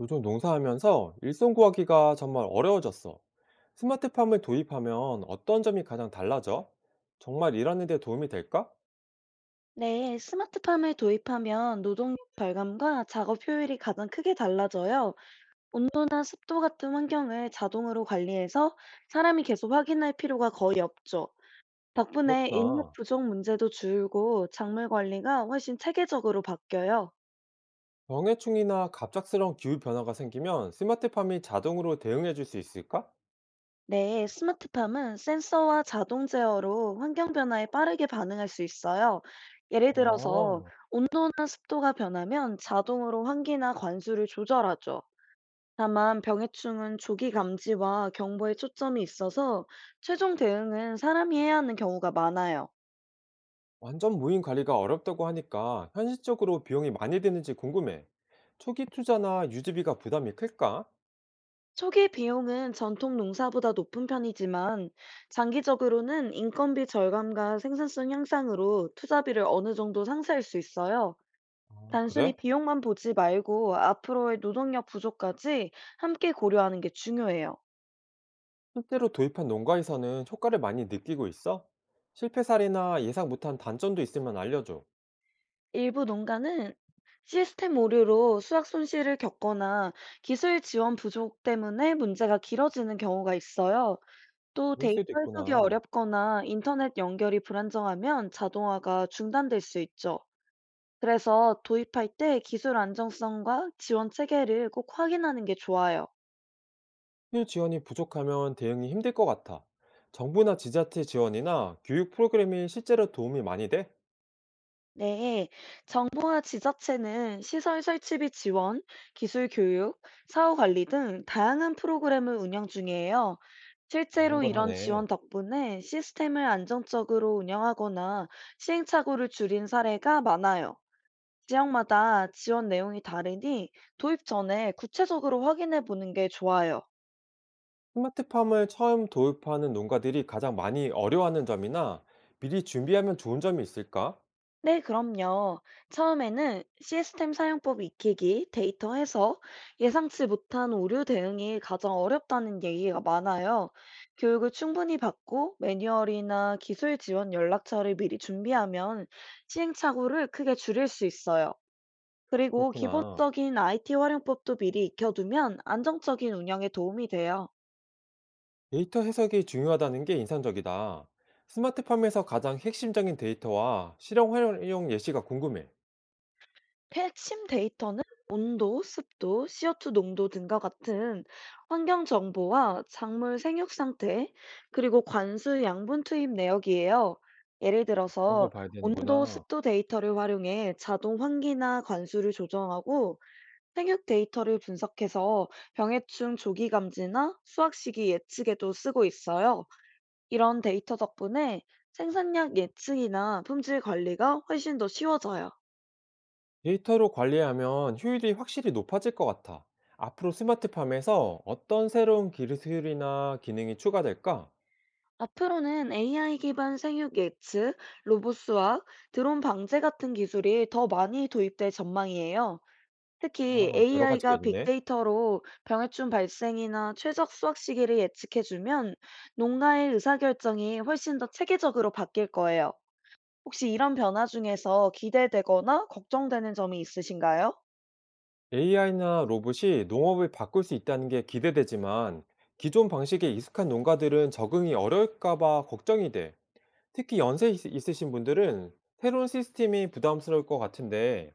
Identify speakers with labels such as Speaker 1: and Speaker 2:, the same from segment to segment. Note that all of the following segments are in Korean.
Speaker 1: 요즘 농사하면서 일손 구하기가 정말 어려워졌어. 스마트팜을 도입하면 어떤 점이 가장 달라져? 정말 일하는 데 도움이 될까?
Speaker 2: 네, 스마트팜을 도입하면 노동력 절감과 작업 효율이 가장 크게 달라져요. 온도나 습도 같은 환경을 자동으로 관리해서 사람이 계속 확인할 필요가 거의 없죠. 덕분에 인력
Speaker 1: 그렇구나.
Speaker 2: 부족 문제도 줄고 작물 관리가 훨씬 체계적으로 바뀌어요.
Speaker 1: 병해충이나 갑작스러운 기후 변화가 생기면 스마트팜이 자동으로 대응해 줄 수 있을까?
Speaker 2: 네, 스마트팜은 센서와 자동 제어로 환경 변화에 빠르게 반응할 수 있어요. 예를 들어서
Speaker 1: 아,
Speaker 2: 온도나 습도가 변하면 자동으로 환기나 관수를 조절하죠. 다만 병해충은 조기 감지와 경보에 초점이 있어서 최종 대응은 사람이 해야 하는 경우가 많아요.
Speaker 1: 완전 무인 관리가 어렵다고 하니까 현실적으로 비용이 많이 드는지 궁금해. 초기 투자나 유지비가 부담이 클까?
Speaker 2: 초기 비용은 전통 농사보다 높은 편이지만 장기적으로는 인건비 절감과 생산성 향상으로 투자비를 어느 정도 상쇄할 수 있어요.
Speaker 1: 아,
Speaker 2: 단순히
Speaker 1: 그래?
Speaker 2: 비용만 보지 말고 앞으로의 노동력 부족까지 함께 고려하는 게 중요해요.
Speaker 1: 실제로 도입한 농가에서는 효과를 많이 느끼고 있어? 실패 사례나 예상 못한 단점도 있으면 알려줘.
Speaker 2: 일부 농가는 시스템 오류로 수확 손실을 겪거나 기술 지원 부족 때문에 문제가 길어지는 경우가 있어요. 또
Speaker 1: 그럴
Speaker 2: 데이터
Speaker 1: 수도
Speaker 2: 해석이
Speaker 1: 있구나.
Speaker 2: 어렵거나 인터넷 연결이 불안정하면 자동화가 중단될 수 있죠. 그래서 도입할 때 기술 안정성과 지원 체계를 꼭 확인하는 게 좋아요.
Speaker 1: 수요 지원이 부족하면 대응이 힘들 것 같아. 정부나 지자체 지원이나 교육 프로그램이 실제로 도움이 많이 돼?
Speaker 2: 네, 정부와 지자체는 시설 설치비 지원, 기술 교육, 사후 관리 등 다양한 프로그램을 운영 중이에요.
Speaker 1: 맞는
Speaker 2: 실제로
Speaker 1: 걸
Speaker 2: 이런
Speaker 1: 하네.
Speaker 2: 지원 덕분에 시스템을 안정적으로 운영하거나 시행착오를 줄인 사례가 많아요. 지역마다 지원 내용이 다르니 도입 전에 구체적으로 확인해 보는 게 좋아요.
Speaker 1: 스마트팜을 처음 도입하는 농가들이 가장 많이 어려워하는 점이나 미리 준비하면 좋은 점이 있을까?
Speaker 2: 네, 그럼요. 처음에는 시스템 사용법 익히기, 데이터 해석, 예상치 못한 오류 대응이 가장 어렵다는 얘기가 많아요. 교육을 충분히 받고 매뉴얼이나 기술 지원 연락처를 미리 준비하면 시행착오를 크게 줄일 수 있어요. 그리고
Speaker 1: 그렇구나.
Speaker 2: 기본적인 IT 활용법도 미리 익혀두면 안정적인 운영에 도움이 돼요.
Speaker 1: 데이터 해석이 중요하다는 게 인상적이다. 스마트팜에서 가장 핵심적인 데이터와 실용 활용 예시가 궁금해.
Speaker 2: 핵심 데이터는 온도, 습도, CO2 농도 등과 같은 환경 정보와 작물 생육 상태, 그리고 관수 양분 투입 내역이에요. 예를
Speaker 1: 이런 걸
Speaker 2: 들어서
Speaker 1: 봐야
Speaker 2: 온도,
Speaker 1: 되는구나.
Speaker 2: 습도 데이터를 활용해 자동 환기나 관수를 조정하고 생육 데이터를 분석해서 병해충 조기 감지나 수확 시기 예측에도 쓰고 있어요. 이런 데이터 덕분에 생산량 예측이나 품질 관리가 훨씬 더 쉬워져요.
Speaker 1: 데이터로 관리하면 효율이 확실히 높아질 것 같아. 앞으로 스마트팜에서 어떤 새로운 기술이나 기능이 추가될까?
Speaker 2: 앞으로는 AI 기반 생육 예측, 로봇 수학, 드론 방제 같은 기술이 더 많이 도입될 전망이에요. 특히
Speaker 1: 아, 여러 가지가
Speaker 2: AI가
Speaker 1: 있네.
Speaker 2: 빅데이터로 병해충 발생이나 최적 수확 시기를 예측해주면 농가의 의사결정이 훨씬 더 체계적으로 바뀔 거예요. 혹시 이런 변화 중에서 기대되거나 걱정되는 점이 있으신가요?
Speaker 1: AI나 로봇이 농업을 바꿀 수 있다는 게 기대되지만 기존 방식에 익숙한 농가들은 적응이 어려울까 봐 걱정이 돼. 특히 있으신 분들은 새로운 시스템이 부담스러울 것 같은데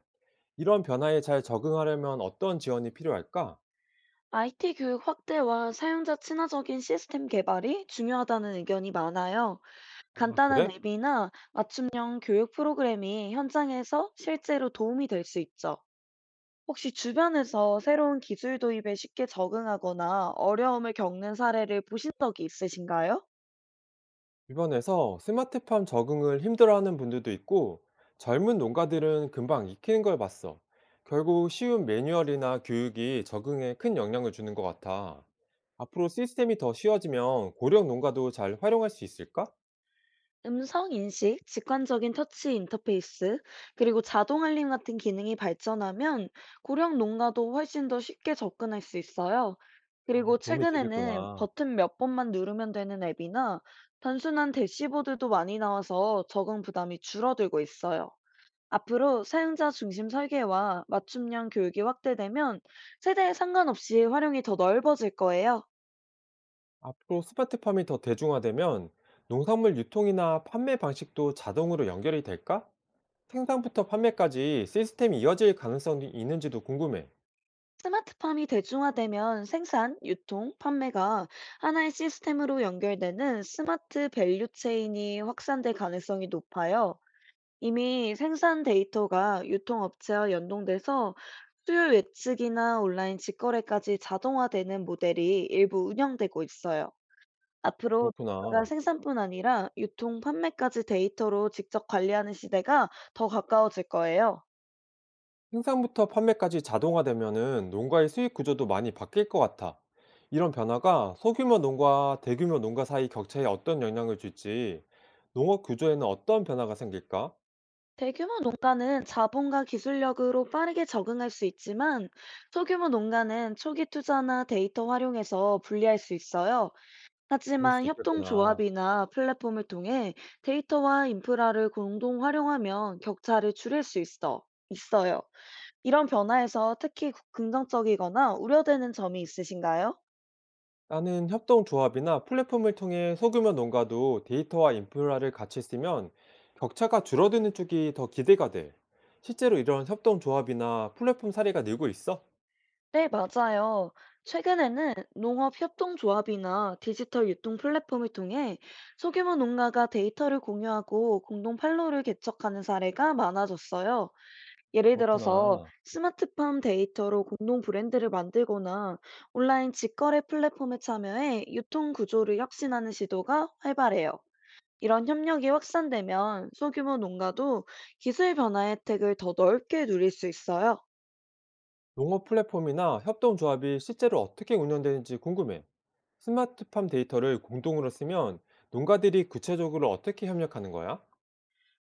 Speaker 1: 이런 변화에 잘 적응하려면 어떤 지원이 필요할까?
Speaker 2: IT 교육 확대와 사용자 친화적인 시스템 개발이 중요하다는 의견이 많아요.
Speaker 1: 아, 그래?
Speaker 2: 간단한 앱이나 맞춤형 교육 프로그램이 현장에서 실제로 도움이 될 수 있죠. 혹시 주변에서 새로운 기술 도입에 쉽게 적응하거나 어려움을 겪는 사례를 보신 적이 있으신가요?
Speaker 1: 주변에서 스마트팜 적응을 힘들어하는 분들도 있고 젊은 농가들은 금방 익히는 걸 봤어. 결국 쉬운 매뉴얼이나 교육이 적응에 큰 영향을 주는 것 같아. 앞으로 시스템이 더 쉬워지면 고령 농가도 잘 활용할 수 있을까?
Speaker 2: 음성 인식, 직관적인 터치 인터페이스, 그리고 자동 알림 같은 기능이 발전하면 고령 농가도 훨씬 더 쉽게 접근할 수 있어요.
Speaker 1: 아,
Speaker 2: 그리고
Speaker 1: 도움이
Speaker 2: 최근에는
Speaker 1: 되겠구나.
Speaker 2: 버튼 몇 번만 누르면 되는 앱이나 단순한 대시보드도 많이 나와서 적응 부담이 줄어들고 있어요. 앞으로 사용자 중심 설계와 맞춤형 교육이 확대되면 세대에 상관없이 활용이 더 넓어질 거예요.
Speaker 1: 앞으로 스마트팜이 더 대중화되면 농산물 유통이나 판매 방식도 자동으로 연결이 될까? 생산부터 판매까지 시스템이 이어질 가능성이 있는지도 궁금해.
Speaker 2: 스마트팜이 대중화되면 생산, 유통, 판매가 하나의 시스템으로 연결되는 스마트 밸류 체인이 확산될 가능성이 높아요. 이미 생산 데이터가 유통업체와 연동돼서 수요 예측이나 온라인 직거래까지 자동화되는 모델이 일부 운영되고 있어요. 앞으로 가
Speaker 1: 그렇구나.
Speaker 2: 생산뿐 아니라 유통, 판매까지 데이터로 직접 관리하는 시대가 더 가까워질 거예요.
Speaker 1: 생산부터 판매까지 자동화되면은 농가의 수익 구조도 많이 바뀔 것 같아. 이런 변화가 소규모 농가와 대규모 농가 사이 격차에 어떤 영향을 줄지, 농업 구조에는 어떤 변화가 생길까?
Speaker 2: 대규모 농가는 자본과 기술력으로 빠르게 적응할 수 있지만 소규모 농가는 초기 투자나 데이터 활용에서 불리할 수 있어요.
Speaker 1: 그럴
Speaker 2: 하지만
Speaker 1: 수 있겠구나.
Speaker 2: 협동조합이나 플랫폼을 통해 데이터와 인프라를 공동 활용하면 격차를 줄일 수 있어요. 이런 변화에서 특히 긍정적이거나 우려되는 점이 있으신가요?
Speaker 1: 나는 협동조합이나 플랫폼을 통해 소규모 농가도 데이터와 인프라를 같이 쓰면 격차가 줄어드는 쪽이 더 기대가 돼. 실제로 이런 협동조합이나 플랫폼 사례가 늘고 있어?
Speaker 2: 네, 맞아요. 최근에는 농업협동조합이나 디지털 유통 플랫폼을 통해 소규모 농가가 데이터를 공유하고 공동 판로를 개척하는 사례가 많아졌어요. 예를 들어서
Speaker 1: 그렇구나.
Speaker 2: 스마트팜 데이터로 공동 브랜드를 만들거나 온라인 직거래 플랫폼에 참여해 유통 구조를 혁신하는 시도가 활발해요. 이런 협력이 확산되면 소규모 농가도 기술 변화 혜택을 더 넓게 누릴 수 있어요.
Speaker 1: 농업 플랫폼이나 협동조합이 실제로 어떻게 운영되는지 궁금해. 스마트팜 데이터를 공동으로 쓰면 농가들이 구체적으로 어떻게 협력하는 거야?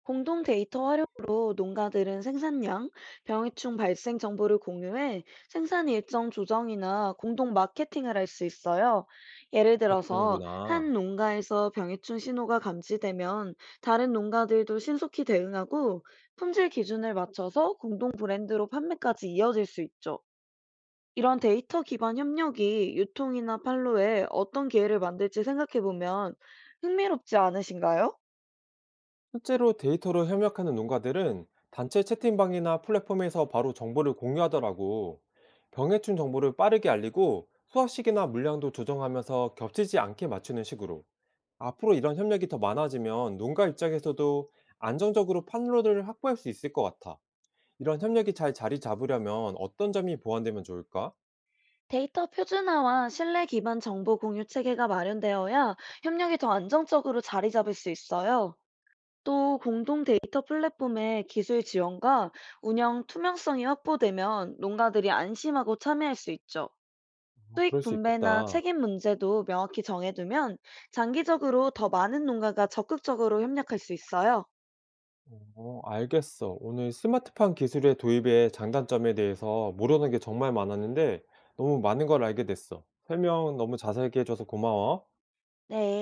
Speaker 2: 공동 데이터 활용으로 농가들은 생산량, 병해충 발생 정보를 공유해 생산 일정 조정이나 공동 마케팅을 할 수 있어요. 예를
Speaker 1: 그렇게
Speaker 2: 들어서
Speaker 1: 하는구나.
Speaker 2: 한 농가에서 병해충 신호가 감지되면 다른 농가들도 신속히 대응하고 품질 기준을 맞춰서 공동 브랜드로 판매까지 이어질 수 있죠. 이런 데이터 기반 협력이 유통이나 판로에 어떤 기회를 만들지 생각해 보면 흥미롭지 않으신가요?
Speaker 1: 실제로 데이터로 협력하는 농가들은 단체 채팅방이나 플랫폼에서 바로 정보를 공유하더라고. 병해충 정보를 빠르게 알리고 수확식이나 물량도 조정하면서 겹치지 않게 맞추는 식으로. 앞으로 이런 협력이 더 많아지면 농가 입장에서도 안정적으로 판로를 확보할 수 있을 것 같아. 이런 협력이 잘 자리 잡으려면 어떤 점이 보완되면 좋을까?
Speaker 2: 데이터 표준화와 신뢰 기반 정보 공유 체계가 마련되어야 협력이 더 안정적으로 자리 잡을 수 있어요. 또 공동 데이터 플랫폼의 기술 지원과 운영 투명성이 확보되면 농가들이 안심하고 참여할 수 있죠.
Speaker 1: 아,
Speaker 2: 수익
Speaker 1: 그럴 수
Speaker 2: 분배나
Speaker 1: 있겠다.
Speaker 2: 책임 문제도 명확히 정해두면 장기적으로 더 많은 농가가 적극적으로 협력할 수 있어요.
Speaker 1: 어, 알겠어. 오늘 스마트팜 기술의 도입의 장단점에 대해서 모르는 게 정말 많았는데 너무 많은 걸 알게 됐어. 설명 너무 자세하게 해줘서 고마워.
Speaker 2: 네.